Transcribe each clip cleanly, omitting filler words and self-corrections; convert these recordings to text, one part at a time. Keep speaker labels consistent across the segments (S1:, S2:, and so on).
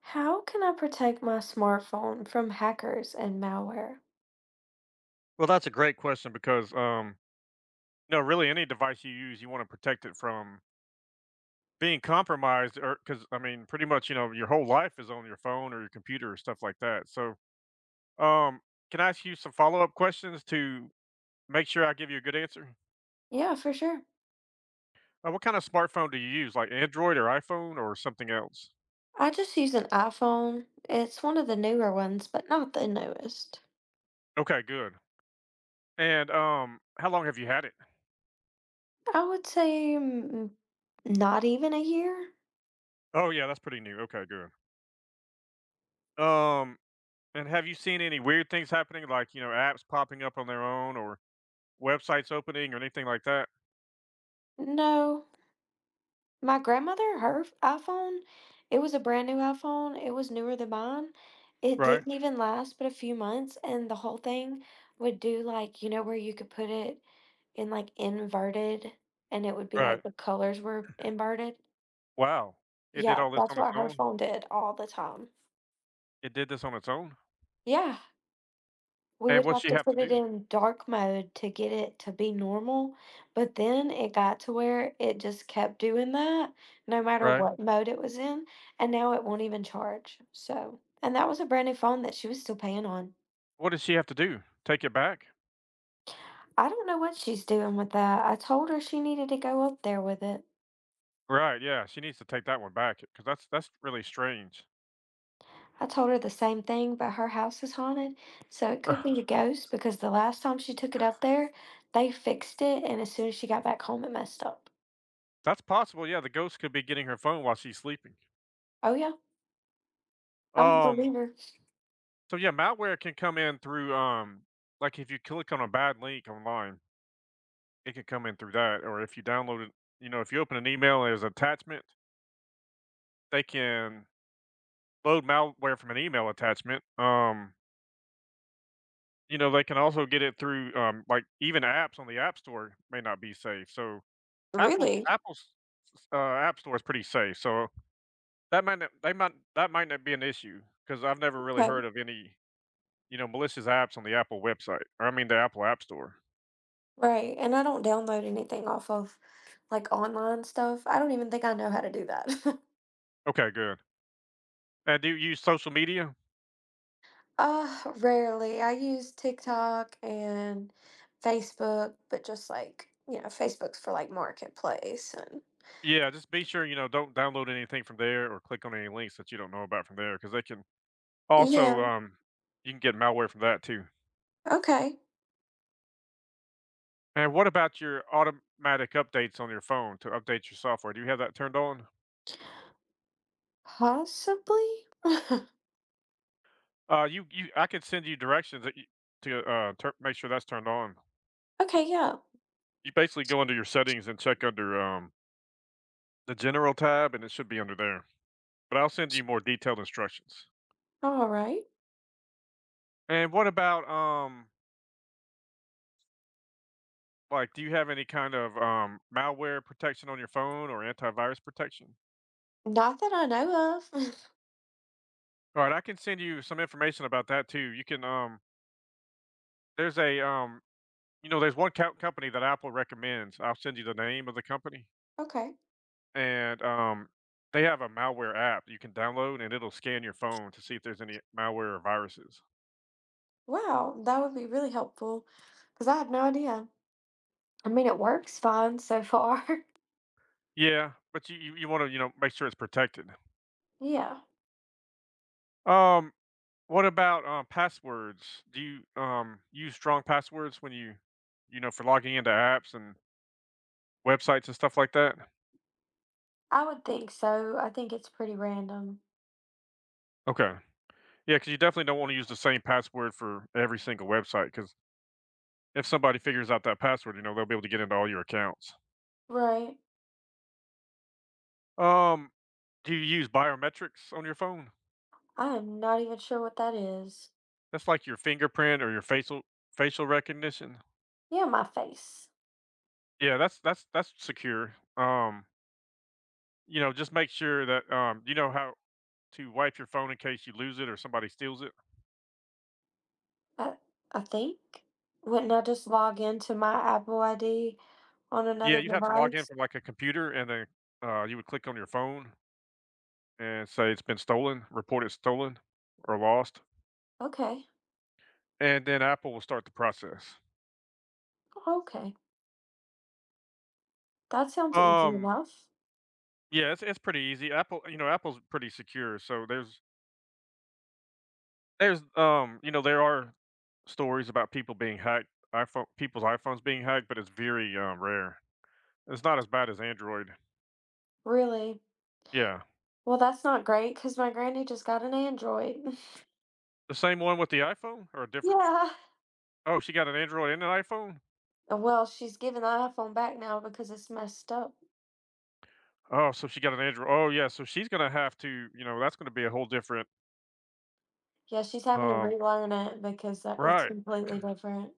S1: How can I protect my smartphone from hackers and malware?
S2: Well, that's a great question because, no, really, any device you use, you want to protect it from being compromised, or because I mean, pretty much, you know, your whole life is on your phone or your computer or stuff like that. So, um, can I ask you some follow up questions to make sure I give you a good answer?
S1: Yeah, for sure.
S2: What kind of smartphone do you use, like Android or iPhone or something else?
S1: I just use an iPhone. It's one of the newer ones, but not the newest.
S2: Okay, good. And how long have you had it?
S1: I would say not even a year.
S2: Oh, yeah, that's pretty new. Okay, good. Um, and have you seen any weird things happening, like apps popping up on their own, or websites opening or anything like that?
S1: No. My grandmother, her iPhone, it was a brand new iPhone. It was newer than mine. It
S2: Right,
S1: didn't even last but a few months, and the whole thing would do like, where you could put it in like inverted and it would be
S2: right.
S1: like the colors were inverted.
S2: Wow. It did
S1: Yeah,
S2: all this
S1: that's
S2: on its
S1: what her
S2: own?
S1: phone did all the time.
S2: It did this on its own?
S1: Yeah, we
S2: And
S1: would
S2: what
S1: have
S2: she
S1: to
S2: have to
S1: put it
S2: do?
S1: in dark mode to get it to be normal, but then it got to where it just kept doing that no matter
S2: Right.
S1: what mode it was in, and now it won't even charge, so and that was a brand new phone that she was still paying on.
S2: What does she have to do? Take it back?
S1: I don't know what she's doing with that. I told her she needed to go up there with it.
S2: Right, yeah, she needs to take that one back because that's really strange.
S1: I told her the same thing, but her house is haunted, so it could be a
S2: Ugh.
S1: ghost because the last time she took it up there, they fixed it, and as soon as she got back home, it messed up.
S2: That's possible, yeah, the ghost could be getting her phone while she's sleeping.
S1: Oh, yeah, I'm a
S2: Um,
S1: believer.
S2: so yeah, malware can come in through, like, if you click on a bad link online, it can come in through that, or if you download it, if you open an email as attachment, they can load malware from an email attachment. You know, they can also get it through like even apps on the App Store may not be safe. So Apple's
S1: Really?
S2: Apple's App Store is pretty safe. So that might not be an issue because I've never really
S1: Okay.
S2: heard of any malicious apps on the Apple website or I mean the Apple App Store.
S1: Right. And I don't download anything off of like online stuff. I don't even think I know how to do that.
S2: Okay, good. And do you use social media?
S1: Rarely. I use TikTok and Facebook, but just like, Facebook's for like marketplace and
S2: Yeah, just be sure don't download anything from there or click on any links that you don't know about from there because they can also
S1: yeah,
S2: you can get malware from that too.
S1: okay.
S2: And what about your automatic updates on your phone to update your software? Do you have that turned on?
S1: Possibly.
S2: I could send you directions that you, to tur make sure that's turned on.
S1: Okay, yeah.
S2: You basically go under your settings and check under the general tab, and it should be under there. But I'll send you more detailed instructions.
S1: All right.
S2: And what about like, do you have any kind of malware protection on your phone or antivirus protection?
S1: Not that I know of.
S2: All right, I can send you some information about that too. You can there's a You know, There's one co company that Apple recommends. I'll send you the name of the company,
S1: Okay.
S2: and, they have a malware app you can download, and it'll scan your phone to see if there's any malware or viruses.
S1: Wow, that would be really helpful because I have no idea. I mean, it works fine so far.
S2: Yeah, but you wanna, make sure it's protected.
S1: Yeah,
S2: Um, what about, passwords? Do you, use strong passwords when you for logging into apps and websites and stuff like that?
S1: I would think so. I think it's pretty random.
S2: Okay. Yeah, because you definitely don't wanna use the same password for every single website. Because if somebody figures out that password, they'll be able to get into all your accounts.
S1: Right.
S2: Um, do you use biometrics on your phone?
S1: I am not even sure what that is.
S2: That's like your fingerprint or your facial recognition.
S1: Yeah, my face.
S2: Yeah, that's secure. Just make sure that you know how to wipe your phone in case you lose it or somebody steals it.
S1: I, I think. Wouldn't I just log into my Apple ID on
S2: Yeah,
S1: another
S2: you'd have to log in
S1: device?
S2: from like a computer, and then you would click on your phone and say it's been stolen, report it stolen or lost,
S1: Okay.
S2: and then Apple will start the process.
S1: Okay. That sounds easy
S2: Um,
S1: enough.
S2: yeah, it's pretty easy. Apple's pretty secure, so there are stories about people being hacked, iPhone people's iPhones being hacked, but it's very, rare. It's not as bad as Android.
S1: Really.
S2: Yeah.
S1: Well, that's not great because my granny just got an Android.
S2: The same one with the iPhone or a different—
S1: Yeah.
S2: Oh, she got an Android and an iPhone?
S1: Well, she's giving the iPhone back now because it's messed up.
S2: Oh, so she got an Android, oh, yeah, so she's gonna have to, that's gonna be a whole different—
S1: Yeah, she's having to
S2: um
S1: relearn it because it's
S2: Right.
S1: completely different.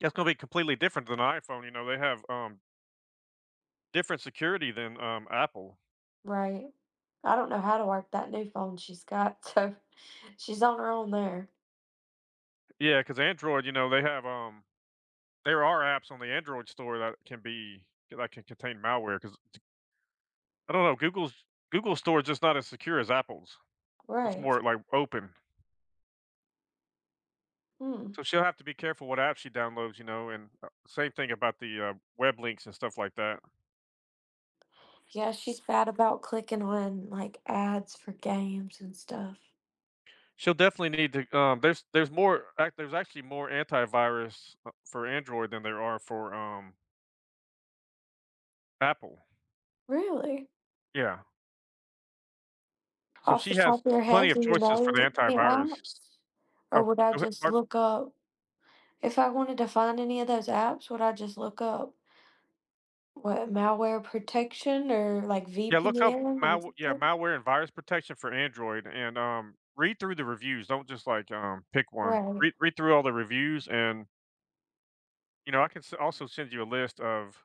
S2: That's gonna be completely different than an iPhone, they have, different security than, Apple.
S1: Right. I don't know how to work that new phone she's got, so she's on her own there.
S2: Yeah, because Android, they have, there are apps on the Android store that can contain malware because. I don't know. Google Store is just not as secure as Apple's. It's
S1: Right.
S2: more like open.
S1: Hmm.
S2: So she'll have to be careful what app she downloads, and same thing about the web links and stuff like that.
S1: Yeah, she's bad about clicking on like ads for games and stuff.
S2: She'll definitely need to. There's actually more antivirus for Android than there are for Apple.
S1: Really?
S2: Yeah. So
S1: Off the
S2: she has
S1: top of your head,
S2: plenty of
S1: do you
S2: choices for
S1: know
S2: the
S1: the
S2: antivirus.
S1: apps? Or
S2: Oh,
S1: would I
S2: go
S1: just
S2: ahead.
S1: look up if I wanted to find any of those apps, would I just look up what malware protection or like
S2: Yeah, look up
S1: VPN or
S2: malw yeah,
S1: something?
S2: malware and virus protection for Android and, read through the reviews, don't just, like, pick one.
S1: Right.
S2: Read through all the reviews and, I can s also send you a list of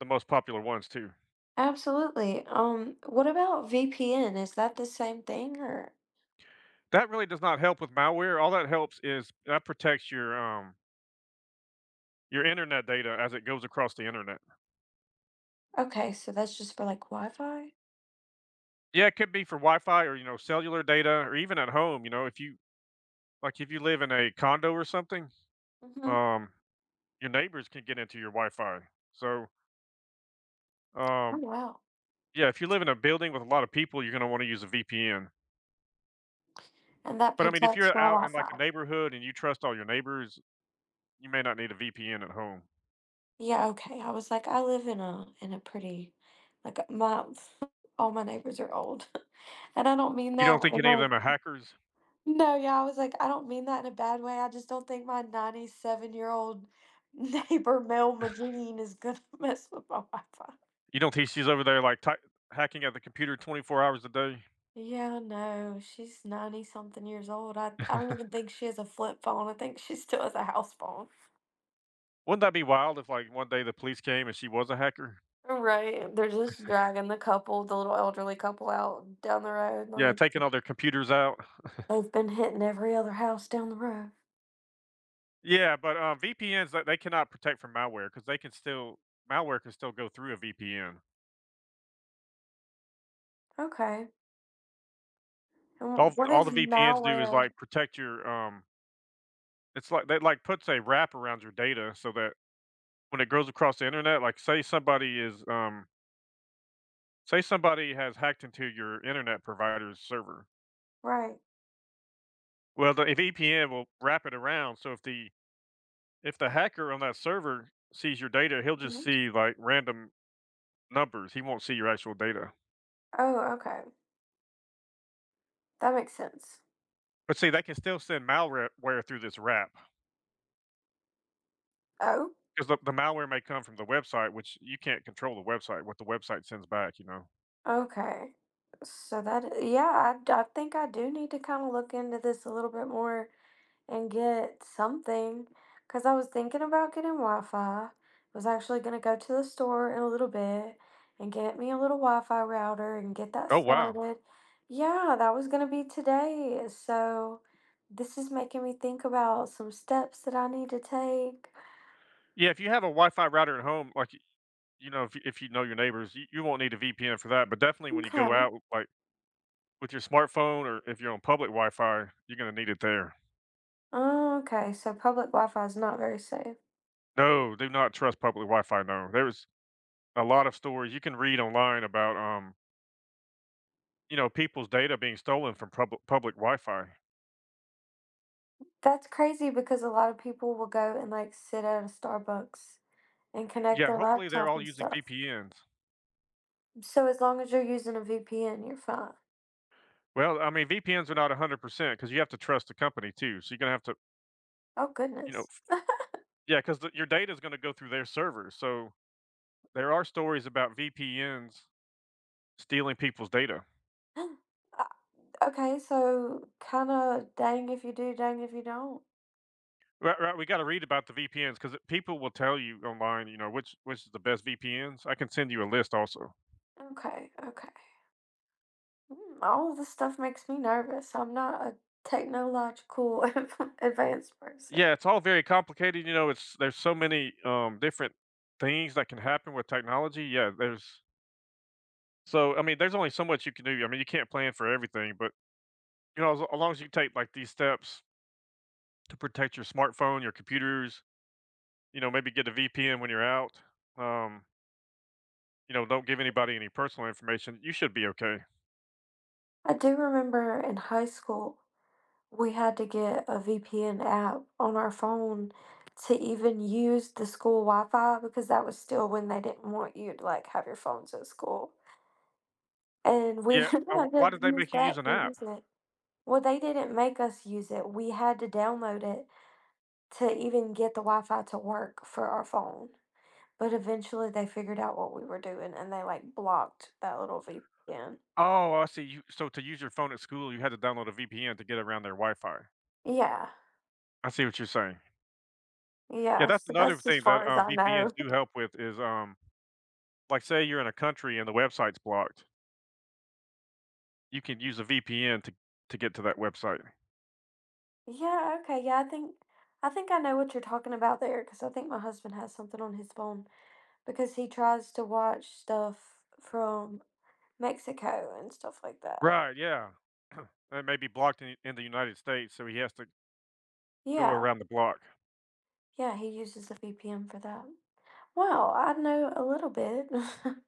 S2: the most popular ones too.
S1: Absolutely. What about VPN? Is that the same thing or
S2: That really does not help with malware, all that helps is that protects your internet data as it goes across the internet.
S1: okay, so that's just for like Wi-Fi?
S2: Yeah, it could be for Wi-Fi or, cellular data or even at home, if you live in a condo or something,
S1: Mm-hmm.
S2: um, your neighbors can get into your Wi-Fi. So,
S1: Oh
S2: um
S1: wow.
S2: yeah, if you live in a building with a lot of people, you're gonna wanna use a VPN.
S1: And that
S2: But, I mean, if
S1: protects
S2: you're
S1: my
S2: out in, like, a
S1: Wi-Fi.
S2: neighborhood and you trust all your neighbors, you may not need a VPN at home.
S1: Yeah, okay. I was like, I live in a pretty like my all my neighbors are old. And I don't mean
S2: You
S1: that.
S2: don't think
S1: And
S2: any of
S1: like.
S2: them are hackers?
S1: No, yeah, I was like, I don't mean that in a bad way. I just don't think my 97-year-old neighbor Mel Magine is gonna mess with my Wi-Fi.
S2: You don't think she's over there, like, ty hacking at the computer 24 hours a day?
S1: Yeah, no, she's 90 something years old. I don't even think she has a flip phone. I think she still has a house phone.
S2: Wouldn't that be wild if, like, one day the police came and she was a hacker?
S1: Right. They're just dragging the couple, the little elderly couple out down the road.
S2: Yeah, taking
S1: Like
S2: all their computers out.
S1: they've been hitting every other house down the road.
S2: Yeah, but, VPNs, th they cannot protect from malware because they can still malware can still go through a VPN.
S1: Okay.
S2: All
S1: And what
S2: all
S1: is
S2: the VPNs do is,
S1: malware?
S2: like, protect your— It's like that, like, puts a wrap around your data so that when it goes across the internet, like, say say somebody has hacked into your internet provider's server.
S1: Right.
S2: Well, the VPN will wrap it around, so if the hacker on that server sees your data, he'll just
S1: Mhm.
S2: see, like, random numbers, he won't see your actual data.
S1: Oh, okay. That makes sense.
S2: But see, they can still send malware through this wrap
S1: Oh.
S2: because the malware may come from the website, which you can't control the website, what the website sends back, you know?
S1: Okay. So that, yeah, I think I do need to kind of look into this a little bit more and get something because I was thinking about getting Wi-Fi. Was actually going to go to the store in a little bit and get me a little Wi-Fi router and get that
S2: Oh, wow.
S1: started. Yeah, that was going to be today. So this is making me think about some steps that I need to take.
S2: Yeah, if you have a Wi-Fi router at home, like if you know your neighbors, you won't need a VPN for that, but definitely when you
S1: Okay.
S2: go out, like with your smartphone or if you're on public Wi-Fi, you're gonna need it there.
S1: Okay, so public Wi-Fi is not very safe.
S2: No, do not trust public Wi-Fi. No, there's a lot of stories you can read online about, people's data being stolen from public Wi-Fi.
S1: That's crazy because a lot of people will go and like sit at a Starbucks and connect
S2: Yeah,
S1: their
S2: hopefully they're
S1: laptop
S2: all
S1: and
S2: using
S1: stuff.
S2: VPNs.
S1: So as long as you're using a VPN, you're fine.
S2: Well, I mean, VPNs are not 100% because you have to trust the company too. So you're gonna have to,
S1: Oh
S2: you know,
S1: goodness.
S2: f- yeah, because your data is gonna go through their servers. So there are stories about VPNs stealing people's data.
S1: Uh, Okay, so kind of dang if you do, dang if you don't.
S2: Right, right, we gotta read about the VPNs because people will tell you online, which is the best VPNs. I can send you a list also.
S1: Okay, okay. All this stuff makes me nervous. I'm not a technological advanced person.
S2: Yeah, it's all very complicated, you know, it's there's so many, different things that can happen with technology. Yeah, I mean, there's only so much you can do. I mean, you can't plan for everything, but, as long as you take, like, these steps to protect your smartphone, your computers, maybe get a VPN when you're out, um, don't give anybody any personal information, you should be okay.
S1: I do remember in high school we had to get a VPN app on our phone to even use the school Wi-Fi because that was still when they didn't want you to like have your phones at school. And we
S2: Yeah,
S1: had
S2: wh why
S1: to
S2: did they
S1: use
S2: make you use
S1: that
S2: an
S1: to
S2: app?
S1: use it. Well, they didn't make us use it. We had to download it to even get the Wi-Fi to work for our phone. But eventually they figured out what we were doing and they like blocked that little VPN.
S2: Oh, I see. You So to use your phone at school, you had to download a VPN to get around their Wi-Fi.
S1: Yeah.
S2: I see what you're saying. Yeah,
S1: Yeah.
S2: that's
S1: So
S2: another
S1: that's as
S2: thing that,
S1: far as I
S2: VPNs
S1: know.
S2: do help with is, like, say you're in a country and the website's blocked, you can use a VPN to get to that website.
S1: Yeah, okay, yeah, I think I think I know what you're talking about there, because I think my husband has something on his phone because he tries to watch stuff from Mexico and stuff like that.
S2: Right, yeah. It may be blocked in the United States, so he has to go
S1: Yeah,
S2: around the block.
S1: yeah, he uses a VPN for that. Wow, I know a little bit.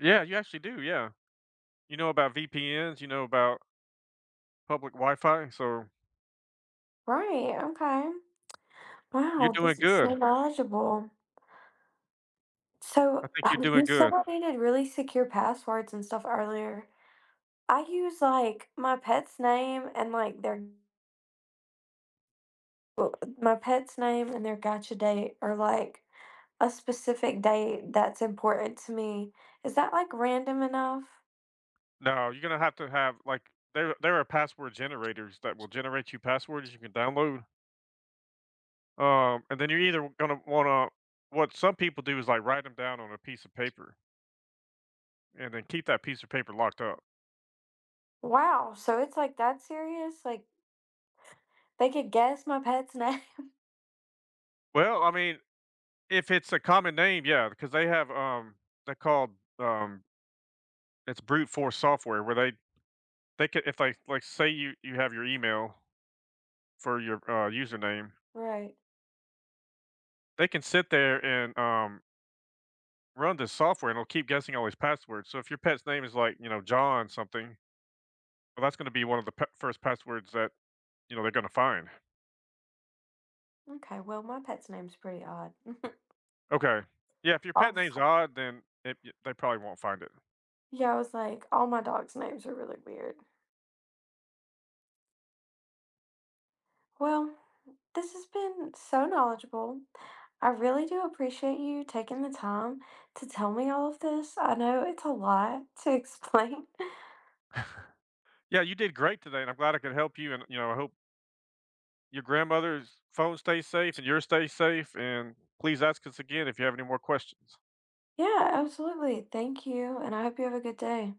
S2: Yeah, you actually do, yeah. You know about VPNs, you know about public Wi-Fi, so
S1: Right, okay.
S2: you're
S1: Wow,
S2: doing
S1: this is so
S2: good.
S1: knowledgeable.
S2: I
S1: So
S2: think you're doing
S1: you said
S2: good.
S1: I needed really secure passwords and stuff earlier. I use like my pet's name and like their well, my pet's name and their gotcha date are like a specific date that's important to me. Is that like random enough?
S2: No, you're gonna have to have like there are password generators that will generate you passwords you can download. And then you're either gonna wanna what some people do is like write them down on a piece of paper and then keep that piece of paper locked up.
S1: Wow, so it's like that serious? Like they could guess my pet's name?
S2: Well, I mean, if it's a common name, yeah, because they have they called um it's brute force software where they could if they like, say you have your email for your username,
S1: Right.
S2: they can sit there and run this software and it'll keep guessing all these passwords. So if your pet's name is like, John something, well, that's going to be one of the first passwords that, they're going to find.
S1: Okay, well, my pet's name's pretty odd.
S2: Okay. Yeah. If your pet name's
S1: Also,
S2: odd, then they probably won't find it.
S1: yeah, I was like, all my dogs' names are really weird. Well, this has been so knowledgeable. I really do appreciate you taking the time to tell me all of this. I know it's a lot to explain.
S2: Yeah. You did great today. And I'm glad I could help you. And, I hope your grandmother's phone stays safe and yours stays safe. And please ask us again if you have any more questions.
S1: Yeah, absolutely. Thank you, and I hope you have a good day.